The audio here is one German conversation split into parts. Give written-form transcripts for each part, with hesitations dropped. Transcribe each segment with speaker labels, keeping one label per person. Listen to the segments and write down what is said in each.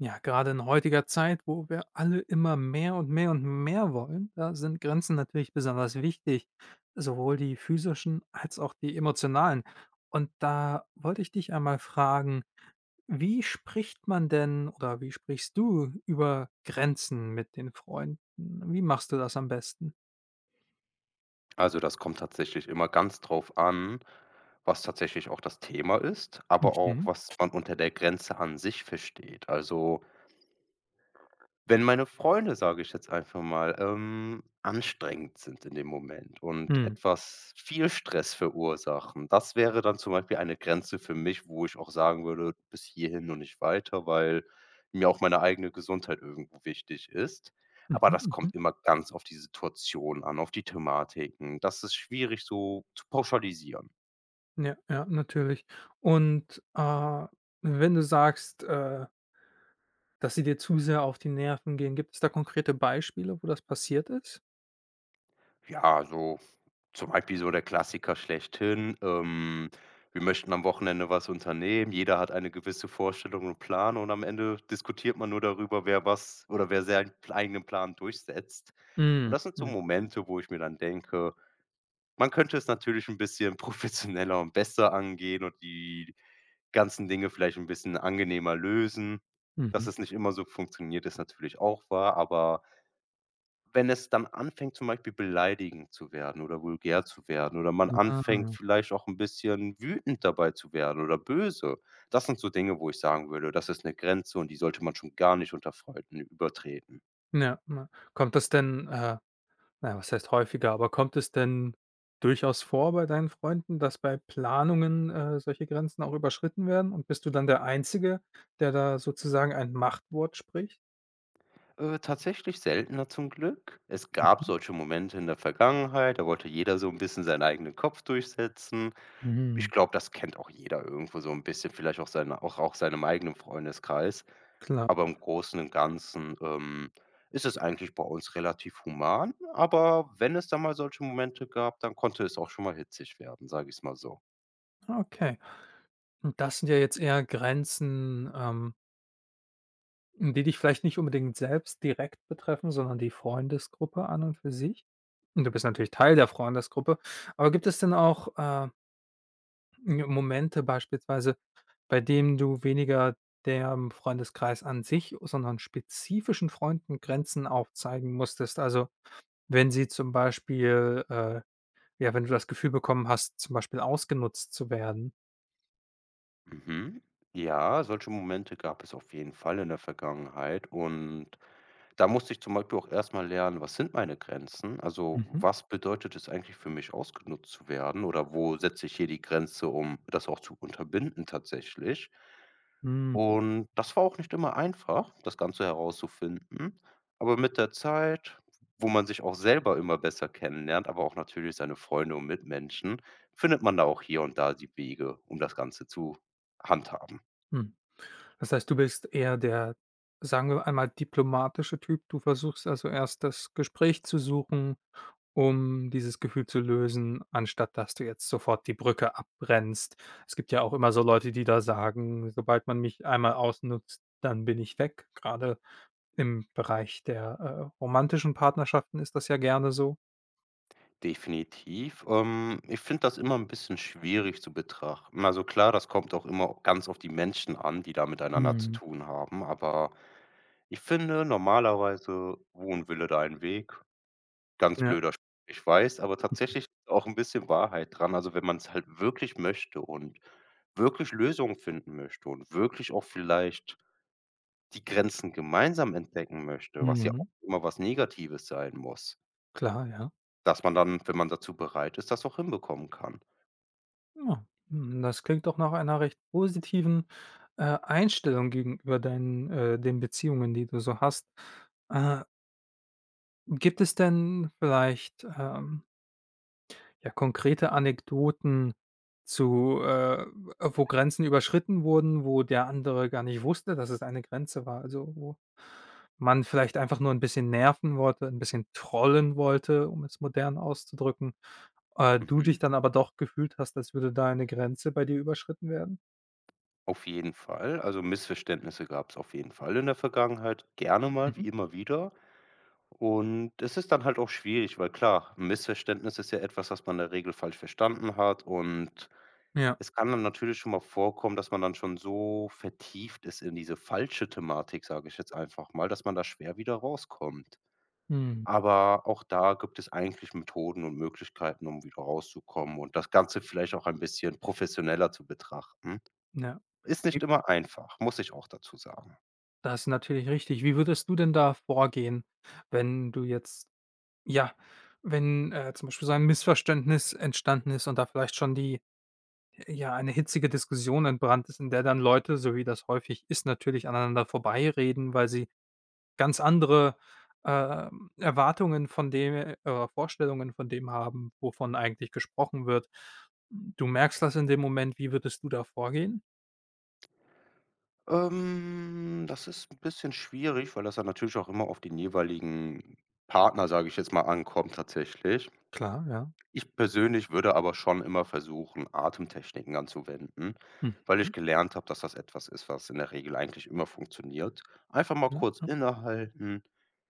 Speaker 1: Ja, gerade in heutiger Zeit, wo wir alle immer mehr und mehr und mehr wollen, da sind Grenzen natürlich besonders wichtig, sowohl die physischen als auch die emotionalen. Und da wollte ich dich einmal fragen, wie spricht man denn oder wie sprichst du über Grenzen mit den Freunden? Wie machst du das am besten?
Speaker 2: Also, das kommt tatsächlich immer ganz drauf an, was tatsächlich auch das Thema ist, aber
Speaker 1: Mhm.
Speaker 2: auch, was man unter der Grenze an sich versteht. Also wenn meine Freunde, sage ich jetzt einfach mal, anstrengend sind in dem Moment und
Speaker 1: Mhm.
Speaker 2: etwas viel Stress verursachen, das wäre dann zum Beispiel eine Grenze für mich, wo ich auch sagen würde: „Bis hierhin und nicht weiter“, weil mir auch meine eigene Gesundheit irgendwo wichtig ist.
Speaker 1: Mhm.
Speaker 2: Aber das
Speaker 1: Mhm.
Speaker 2: kommt immer ganz auf die Situation an, auf die Thematiken. Das ist schwierig so zu pauschalisieren.
Speaker 1: Ja, ja, natürlich. Und wenn du sagst, dass sie dir zu sehr auf die Nerven gehen. Gibt es da konkrete Beispiele, wo das passiert ist?
Speaker 2: Ja, so zum Beispiel so der Klassiker schlechthin, wir möchten am Wochenende was unternehmen. Jeder hat eine gewisse Vorstellung und Plan und am Ende diskutiert man nur darüber, wer was oder wer seinen pl eigenen Plan durchsetzt. Und
Speaker 1: Mhm,
Speaker 2: das sind so
Speaker 1: mhm,
Speaker 2: Momente, wo ich mir dann denke, man könnte es natürlich ein bisschen professioneller und besser angehen und die ganzen Dinge vielleicht ein bisschen angenehmer lösen. Dass
Speaker 1: mhm.
Speaker 2: es nicht immer so funktioniert, ist natürlich auch wahr, aber wenn es dann anfängt, zum Beispiel beleidigend zu werden oder vulgär zu werden oder man anfängt,
Speaker 1: Ah,
Speaker 2: vielleicht auch ein bisschen wütend dabei zu werden oder böse. Das sind so Dinge, wo ich sagen würde, das ist 'ne Grenze und die sollte man schon gar nicht unter Freunden übertreten.
Speaker 1: ja, ja. Kommt das denn, na ja, was heißt häufiger, aber kommt es denn durchaus vor bei deinen Freunden, dass bei Planungen, solche Grenzen auch überschritten werden und bist du dann der Einzige, der da sozusagen ein Machtwort spricht?
Speaker 2: Tatsächlich seltener zum Glück. Es gab
Speaker 1: Mhm,
Speaker 2: solche Momente in der Vergangenheit, da wollte jeder so 'n bisschen seinen eigenen Kopf durchsetzen. Ich
Speaker 1: mhm.
Speaker 2: glaube, das kennt auch jeder irgendwo so 'n bisschen, vielleicht auch seine auch seinem eigenen Freundeskreis.
Speaker 1: Klar,
Speaker 2: Aber im Großen und Ganzen, ist es eigentlich bei uns relativ human, aber wenn es da mal solche Momente gab, dann konnte es auch schon mal hitzig werden, sage ich's mal so.
Speaker 1: okay. Und das sind ja jetzt eher Grenzen, die dich vielleicht nicht unbedingt selbst direkt betreffen, sondern die Freundesgruppe an und für sich. Und du bist natürlich Teil der Freundesgruppe. Aber gibt es denn auch, Momente beispielsweise, bei dem du weniger dem Freundeskreis an sich, sondern spezifischen Freunden Grenzen aufzeigen musstest? Also, wenn sie zum Beispiel ja, wenn du das Gefühl bekommen hast, zum Beispiel ausgenutzt zu werden?
Speaker 2: Mhm. Ja, solche Momente gab es auf jeden Fall in der Vergangenheit und da musste ich zum Beispiel auch erst mal lernen, was sind meine Grenzen? Also,
Speaker 1: Mhm.
Speaker 2: was bedeutet es eigentlich für mich, ausgenutzt zu werden, oder wo setze ich hier die Grenze, um das auch zu unterbinden tatsächlich?
Speaker 1: Hm.
Speaker 2: Und das war auch nicht immer einfach, das Ganze herauszufinden. Aber mit der Zeit, wo man sich auch selber immer besser kennenlernt, aber auch natürlich seine Freunde und Mitmenschen, findet man da auch hier und da die Wege, um das Ganze zu handhaben.
Speaker 1: Mhm. Das heißt, du bist eher der, sagen wir einmal, diplomatische Typ. Du versuchst also erst das Gespräch zu suchen, um dieses Gefühl zu lösen, anstatt dass du jetzt sofort die Brücke abbrennst. Es gibt ja auch immer so Leute, die da sagen, sobald man mich einmal ausnutzt, dann bin ich weg. Gerade im Bereich der, romantischen Partnerschaften ist das ja gerne so.
Speaker 2: Definitiv. Ich finde das immer ein bisschen schwierig zu betrachten. Also, klar, das kommt auch immer ganz auf die Menschen an, die da miteinander zu
Speaker 1: Mhm.
Speaker 2: tun haben, aber ich finde, normalerweise, wo 'n Wille, da ein Weg. Ganz
Speaker 1: Ja.
Speaker 2: blöder Spruch, ich weiß, aber tatsächlich ist auch 'n bisschen Wahrheit dran. Also, wenn man's halt wirklich möchte und wirklich Lösungen finden möchte und wirklich auch vielleicht die Grenzen gemeinsam entdecken möchte, was ja auch
Speaker 1: Mhm.
Speaker 2: immer was Negatives sein muss,
Speaker 1: Klar, ja.
Speaker 2: dass man dann, wenn man dazu bereit ist, das auch hinbekommen kann.
Speaker 1: Ja, hm, das klingt doch nach einer recht positiven, Einstellung gegenüber den Beziehungen, die du so hast. Äh, gibt es denn vielleicht, ja, konkrete Anekdoten zu, wo Grenzen überschritten wurden, wo der andere gar nicht wusste, dass es eine Grenze war? Also, wo man vielleicht einfach nur ein bisschen nerven wollte, ein bisschen trollen wollte, um es modern auszudrücken, du
Speaker 2: Mhm,
Speaker 1: dich dann aber doch gefühlt hast, als würde da eine Grenze bei dir überschritten werden?
Speaker 2: auf jeden Fall. Also, Missverständnisse gab's auf jeden Fall in der Vergangenheit, gerne mal, wie
Speaker 1: Mhm.
Speaker 2: immer wieder. Und es ist dann halt auch schwierig, weil klar, 'n Missverständnis ist ja etwas, was man in der Regel falsch verstanden hat. Und
Speaker 1: Ja.
Speaker 2: es kann dann natürlich schon mal vorkommen, dass man dann schon so vertieft ist in diese falsche Thematik, sage ich jetzt einfach mal, dass man da schwer wieder rauskommt.
Speaker 1: Mhm.
Speaker 2: Aber auch da gibt es eigentlich Methoden und Möglichkeiten, um wieder rauszukommen und das Ganze vielleicht auch ein bisschen professioneller zu betrachten.
Speaker 1: Ja.
Speaker 2: Ist
Speaker 1: J
Speaker 2: nicht immer einfach, muss ich auch dazu sagen.
Speaker 1: das ist natürlich richtig. Wie würdest du denn da vorgehen, wenn du jetzt ja, wenn, zum Beispiel so ein Missverständnis entstanden ist und da vielleicht schon die ja, eine hitzige Diskussion entbrannt ist, in der dann Leute, so wie das häufig ist, natürlich aneinander vorbeireden, weil sie ganz andere, Erwartungen von dem oder Vorstellungen von dem haben, wovon eigentlich gesprochen wird. Du merkst das in dem Moment, wie würdest du da vorgehen?
Speaker 2: Das ist ein bisschen schwierig, weil das dann natürlich auch immer auf den jeweiligen Partner, sage ich jetzt mal, ankommt tatsächlich.
Speaker 1: Klar, ja.
Speaker 2: Ich persönlich würde aber schon immer versuchen, Atemtechniken anzuwenden, weil ich gelernt habe, dass das etwas ist, was in der Regel eigentlich immer funktioniert. Einfach mal kurz
Speaker 1: Mhm.
Speaker 2: innehalten,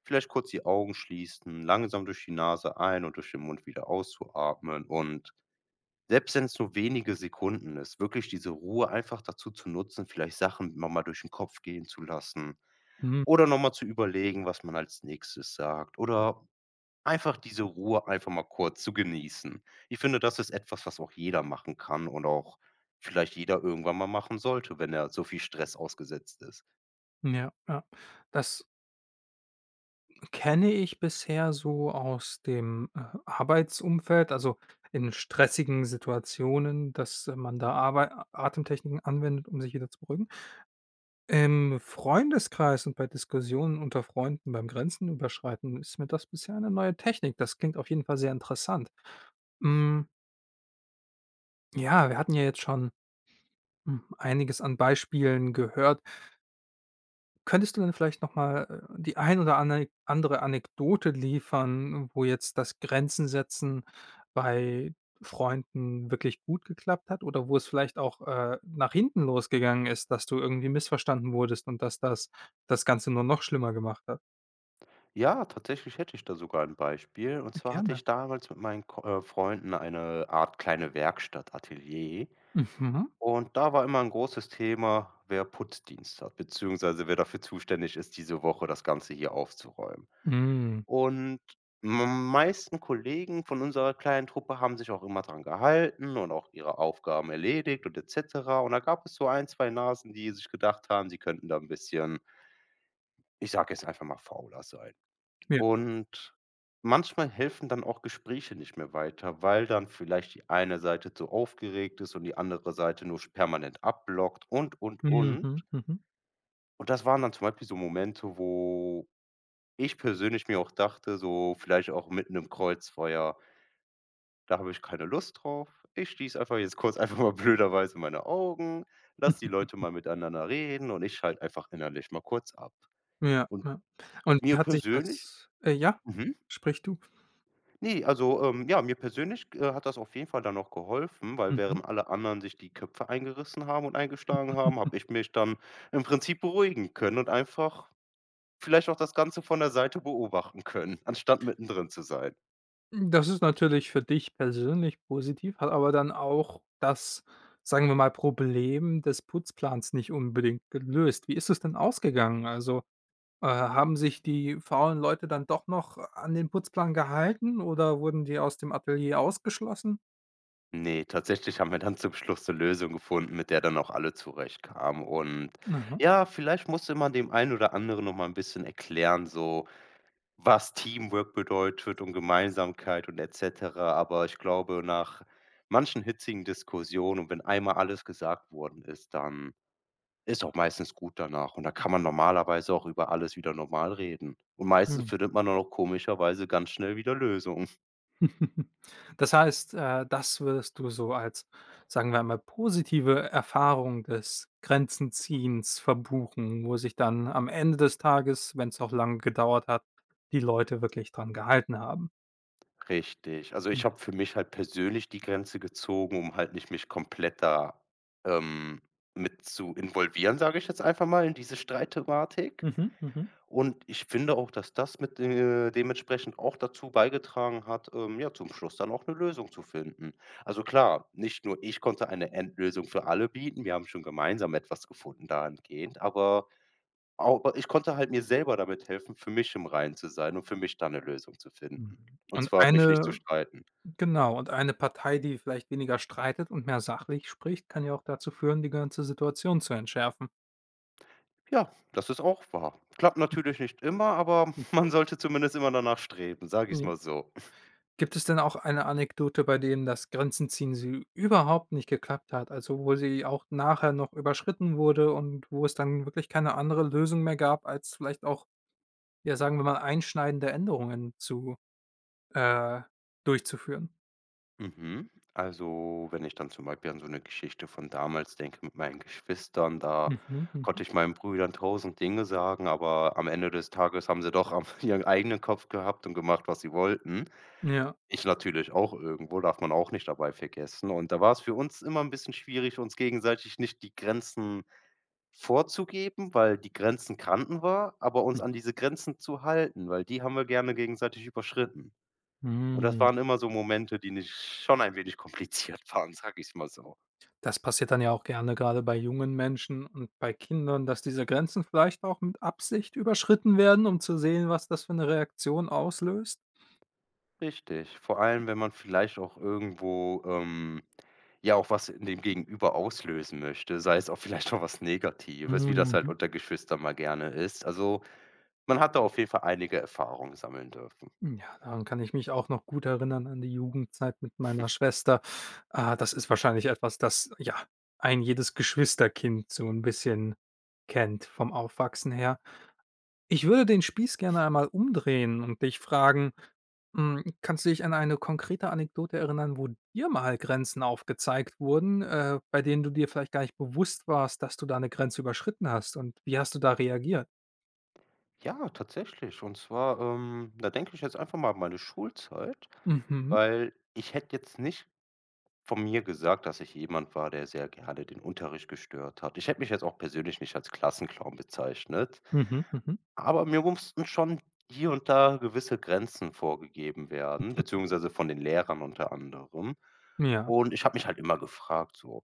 Speaker 2: vielleicht kurz die Augen schließen, langsam durch die Nase ein und durch den Mund wieder auszuatmen, und selbst wenn es nur wenige Sekunden ist, wirklich diese Ruhe einfach dazu zu nutzen, vielleicht Sachen noch mal durch den Kopf gehen zu lassen
Speaker 1: Mhm.
Speaker 2: oder noch mal zu überlegen, was man als Nächstes sagt, oder einfach diese Ruhe einfach mal kurz zu genießen. Ich finde, das ist etwas, was auch jeder machen kann und auch vielleicht jeder irgendwann mal machen sollte, wenn er so viel Stress ausgesetzt ist.
Speaker 1: Ja, ja. Das kenne ich bisher so aus dem, Arbeitsumfeld, also in stressigen Situationen, dass, man da Arbei Atemtechniken anwendet, um sich wieder zu beruhigen. Im Freundeskreis und bei Diskussionen unter Freunden beim Grenzen überschreiten ist mir das bisher eine neue Technik. Das klingt auf jeden Fall sehr interessant. Hm, ja, wir hatten ja jetzt schon, einiges an Beispielen gehört. Könntest du denn vielleicht noch mal, die ein oder ane andere Anekdote liefern, wo jetzt das Grenzen setzen bei Freunden wirklich gut geklappt hat oder wo es vielleicht auch, nach hinten losgegangen ist, dass du irgendwie missverstanden wurdest und dass das das Ganze nur noch schlimmer gemacht hat?
Speaker 2: Ja, tatsächlich hätte ich da sogar ein Beispiel. Und zwar hatte
Speaker 1: Gerne.
Speaker 2: ich damals mit meinen Ko Freunden eine Art kleine Werkstatt, Atelier.
Speaker 1: Mhm.
Speaker 2: Und da war immer ein großes Thema, wer Putzdienst hat, beziehungsweise wer dafür zuständig ist, diese Woche das Ganze hier aufzuräumen.
Speaker 1: Hm.
Speaker 2: Und m meisten Kollegen von unserer kleinen Truppe haben sich auch immer dran gehalten und auch ihre Aufgaben erledigt und et cetera. Und da gab es so ein, 2 Nasen, die sich gedacht haben, sie könnten da ein bisschen, ich sage jetzt einfach mal, fauler sein.
Speaker 1: Ja.
Speaker 2: Und manchmal helfen dann auch Gespräche nicht mehr weiter, weil dann vielleicht die eine Seite zu aufgeregt ist und die andere Seite nur permanent abblockt und, und.
Speaker 1: Mhm, mhm.
Speaker 2: Und das waren dann zum Beispiel so Momente, wo ich persönlich mir auch dachte, so vielleicht auch mitten im Kreuzfeuer. Da habe ich keine Lust drauf. Ich schließe einfach jetzt kurz einfach mal blöderweise meine Augen, lass die Leute mal miteinander reden und ich schalte einfach innerlich mal kurz ab.
Speaker 1: Ja,
Speaker 2: Und
Speaker 1: ja. Und wie
Speaker 2: mir
Speaker 1: hat sich
Speaker 2: persönlich
Speaker 1: das ja,
Speaker 2: mhm.
Speaker 1: sprich du.
Speaker 2: Ne, also, ja, mir persönlich, hat das auf jeden Fall dann noch geholfen, weil
Speaker 1: Mhm.
Speaker 2: während alle anderen sich die Köpfe eingerissen haben und eingeschlagen haben, habe ich mich dann im Prinzip beruhigen können und einfach vielleicht auch das Ganze von der Seite beobachten können, anstatt mittendrin zu sein.
Speaker 1: Hm, das ist natürlich für dich persönlich positiv, hat aber dann auch das, sagen wir mal, Problem des Putzplans nicht unbedingt gelöst. Wie ist es denn ausgegangen? Also, haben sich die faulen Leute dann doch noch an den Putzplan gehalten oder wurden die aus dem Atelier ausgeschlossen?
Speaker 2: Ne, tatsächlich haben wir dann zum Schluss eine Lösung gefunden, mit der dann auch alle zurechtkamen. Und
Speaker 1: Aha.
Speaker 2: ja, vielleicht musste man dem einen oder anderen noch mal ein bisschen erklären, so was Teamwork bedeutet und Gemeinsamkeit und et cetera. Aber ich glaube, nach manchen hitzigen Diskussionen und wenn einmal alles gesagt worden ist, dann ist auch meistens gut danach und da kann man normalerweise auch über alles wieder normal reden. Und meistens
Speaker 1: Mhm.
Speaker 2: findet man dann auch komischerweise ganz schnell wieder Lösungen.
Speaker 1: Das heißt, das würdest du so als, sagen wir einmal, positive Erfahrung des Grenzenziehens verbuchen, wo sich dann am Ende des Tages, wenn es auch lange gedauert hat, die Leute wirklich dran gehalten haben.
Speaker 2: Richtig. Also,
Speaker 1: Hm.
Speaker 2: ich habe für mich halt persönlich die Grenze gezogen, um halt nicht mich komplett da, ähm, mit zu involvieren, sage ich jetzt einfach mal, in diese Streitthematik.
Speaker 1: Mhm, mhm.
Speaker 2: Und ich finde auch, dass das mit, dementsprechend auch dazu beigetragen hat, ja, zum Schluss dann auch eine Lösung zu finden. Also, klar, nicht nur ich konnte eine Endlösung für alle bieten. Wir haben schon gemeinsam etwas gefunden dahingehend, aber ich konnte halt mir selber damit helfen, für mich im Reinen zu sein und für mich dann eine Lösung zu
Speaker 1: Mhm.
Speaker 2: finden. Und
Speaker 1: Und
Speaker 2: zwar mich nicht zu
Speaker 1: eine
Speaker 2: streiten.
Speaker 1: genau, und eine Partei, die vielleicht weniger streitet und mehr sachlich spricht, kann ja auch dazu führen, die ganze Situation zu entschärfen.
Speaker 2: Ja, das ist auch wahr. Klappt natürlich nicht immer, aber
Speaker 1: Mhm.
Speaker 2: man sollte zumindest immer danach streben, sage ich's mal so.
Speaker 1: Gibt es denn auch eine Anekdote, bei denen das Grenzen ziehen so überhaupt nicht geklappt hat? Also, wo sie auch nachher noch überschritten wurde und wo es dann wirklich keine andere Lösung mehr gab, als vielleicht auch, ja, sagen wir mal, einschneidende Änderungen zu äh, durchzuführen?
Speaker 2: Mhm. Also, wenn ich dann zum Beispiel an so eine Geschichte von damals denke mit meinen Geschwistern, da
Speaker 1: Mhm, mhm.
Speaker 2: konnte ich meinen Brüdern 1000 Dinge sagen, aber am Ende des Tages haben sie doch am ihren eigenen Kopf gehabt und gemacht, was sie wollten.
Speaker 1: Ja.
Speaker 2: Ich natürlich auch irgendwo, darf man auch nicht dabei vergessen. Und da war es für uns immer ein bisschen schwierig, uns gegenseitig nicht die Grenzen vorzugeben, weil die Grenzen kannten wir, aber uns an
Speaker 1: Mhm.
Speaker 2: diese Grenzen zu halten, weil die haben wir gerne gegenseitig überschritten. Und das
Speaker 1: Hm.
Speaker 2: waren immer so Momente, die nicht schon ein wenig kompliziert waren, sag ich's mal so.
Speaker 1: Das passiert dann ja auch gerne gerade bei jungen Menschen und bei Kindern, dass diese Grenzen vielleicht auch mit Absicht überschritten werden, um zu sehen, was das für eine Reaktion auslöst?
Speaker 2: Richtig, vor allem, wenn man vielleicht auch irgendwo, ja, auch was in dem Gegenüber auslösen möchte, sei es auch vielleicht auch was Negatives, wie das halt
Speaker 1: Mhm.
Speaker 2: unter Geschwistern mal gerne ist. Also, man hat da auf jeden Fall einige Erfahrungen sammeln dürfen.
Speaker 1: Ja, daran kann ich mich auch noch gut erinnern an die Jugendzeit mit meiner Schwester. Ah, das ist wahrscheinlich etwas, das, ja, ein jedes Geschwisterkind so ein bisschen kennt vom Aufwachsen her. Ich würde den Spieß gerne einmal umdrehen und dich fragen, kannst du dich an eine konkrete Anekdote erinnern, wo dir mal Grenzen aufgezeigt wurden, bei denen du dir vielleicht gar nicht bewusst warst, dass du da eine Grenze überschritten hast und wie hast du da reagiert?
Speaker 2: Ja, tatsächlich. Und zwar, da denke ich jetzt einfach mal an meine Schulzeit,
Speaker 1: Mhm,
Speaker 2: weil ich hätte jetzt nicht von mir gesagt, dass ich jemand war, der sehr gerne den Unterricht gestört hat. Ich hätte mich jetzt auch persönlich nicht als Klassenclown bezeichnet,
Speaker 1: mhm, mhm.
Speaker 2: aber mir mussten schon hier und da gewisse Grenzen vorgegeben werden, beziehungsweise von den Lehrern unter anderem.
Speaker 1: Ja,
Speaker 2: Und ich habe mich halt immer gefragt, so,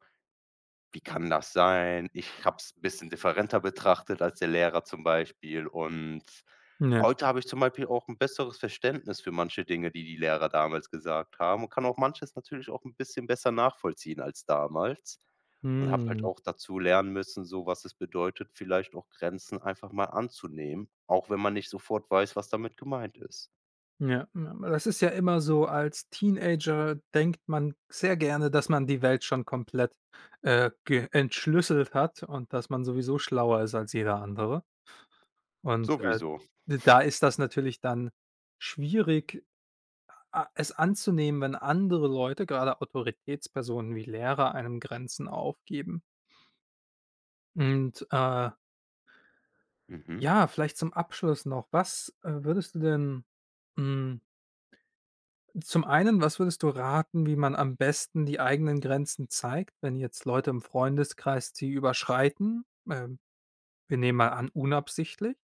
Speaker 2: wie kann das sein? Ich habe es ein bisschen differenter betrachtet als der Lehrer zum Beispiel, und
Speaker 1: ja.
Speaker 2: heute habe ich zum Beispiel auch ein besseres Verständnis für manche Dinge, die die Lehrer damals gesagt haben und kann auch manches natürlich auch ein bisschen besser nachvollziehen als damals und habe halt
Speaker 1: Mhm.
Speaker 2: auch dazu lernen müssen, so was es bedeutet, vielleicht auch Grenzen einfach mal anzunehmen, auch wenn man nicht sofort weiß, was damit gemeint ist.
Speaker 1: Ja, ja, aber das ist ja immer so, als Teenager denkt man sehr gerne, dass man die Welt schon komplett, ge entschlüsselt hat und dass man sowieso schlauer ist als jeder andere. Und,
Speaker 2: Sowieso.
Speaker 1: da ist das natürlich dann schwierig, a es anzunehmen, wenn andere Leute, gerade Autoritätspersonen wie Lehrer, einem Grenzen aufgeben. Und,
Speaker 2: Mhm,
Speaker 1: ja, vielleicht zum Abschluss noch, was, würdest du denn, hm Zum einen, was würdest du raten, wie man am besten die eigenen Grenzen zeigt, wenn jetzt Leute im Freundeskreis sie überschreiten? Wir nehmen mal an, unabsichtlich.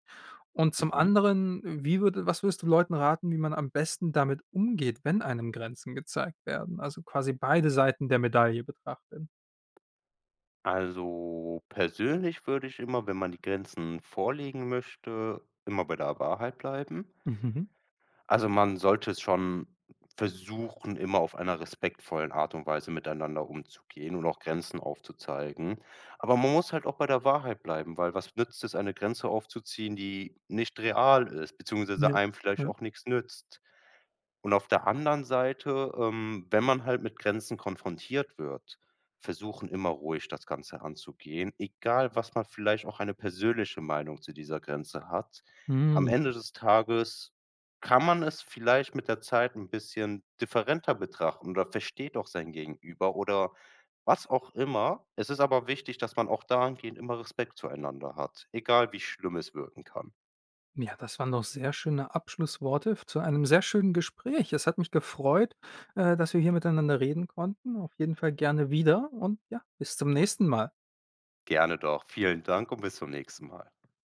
Speaker 1: Und zum
Speaker 2: mhm.
Speaker 1: anderen, wie würde was würdest du Leuten raten, wie man am besten damit umgeht, wenn einem Grenzen gezeigt werden? Also, quasi beide Seiten der Medaille betrachten.
Speaker 2: Also, persönlich würde ich immer, wenn man die Grenzen vorlegen möchte, immer bei der Wahrheit bleiben.
Speaker 1: Mhm.
Speaker 2: Also, man sollte es schon versuchen, immer auf einer respektvollen Art und Weise miteinander umzugehen und auch Grenzen aufzuzeigen. Aber man muss halt auch bei der Wahrheit bleiben, weil was nützt es, eine Grenze aufzuziehen, die nicht real ist, beziehungsweise
Speaker 1: Ja,
Speaker 2: einem vielleicht
Speaker 1: ja.
Speaker 2: auch nichts nützt? Und auf der anderen Seite, wenn man halt mit Grenzen konfrontiert wird, versuchen immer ruhig das Ganze anzugehen, egal was man vielleicht auch eine persönliche Meinung zu dieser Grenze hat. Am
Speaker 1: Hm.
Speaker 2: Ende des Tages kann man es vielleicht mit der Zeit ein bisschen differenter betrachten oder versteht auch sein Gegenüber oder was auch immer. Es ist aber wichtig, dass man auch dahingehend immer Respekt zueinander hat, egal wie schlimm es wirken kann.
Speaker 1: Ja, das waren doch sehr schöne Abschlussworte zu einem sehr schönen Gespräch. Es hat mich gefreut, dass wir hier miteinander reden konnten. Auf jeden Fall gerne wieder und ja, bis zum nächsten Mal.
Speaker 2: Gerne doch. Vielen Dank und bis zum nächsten Mal.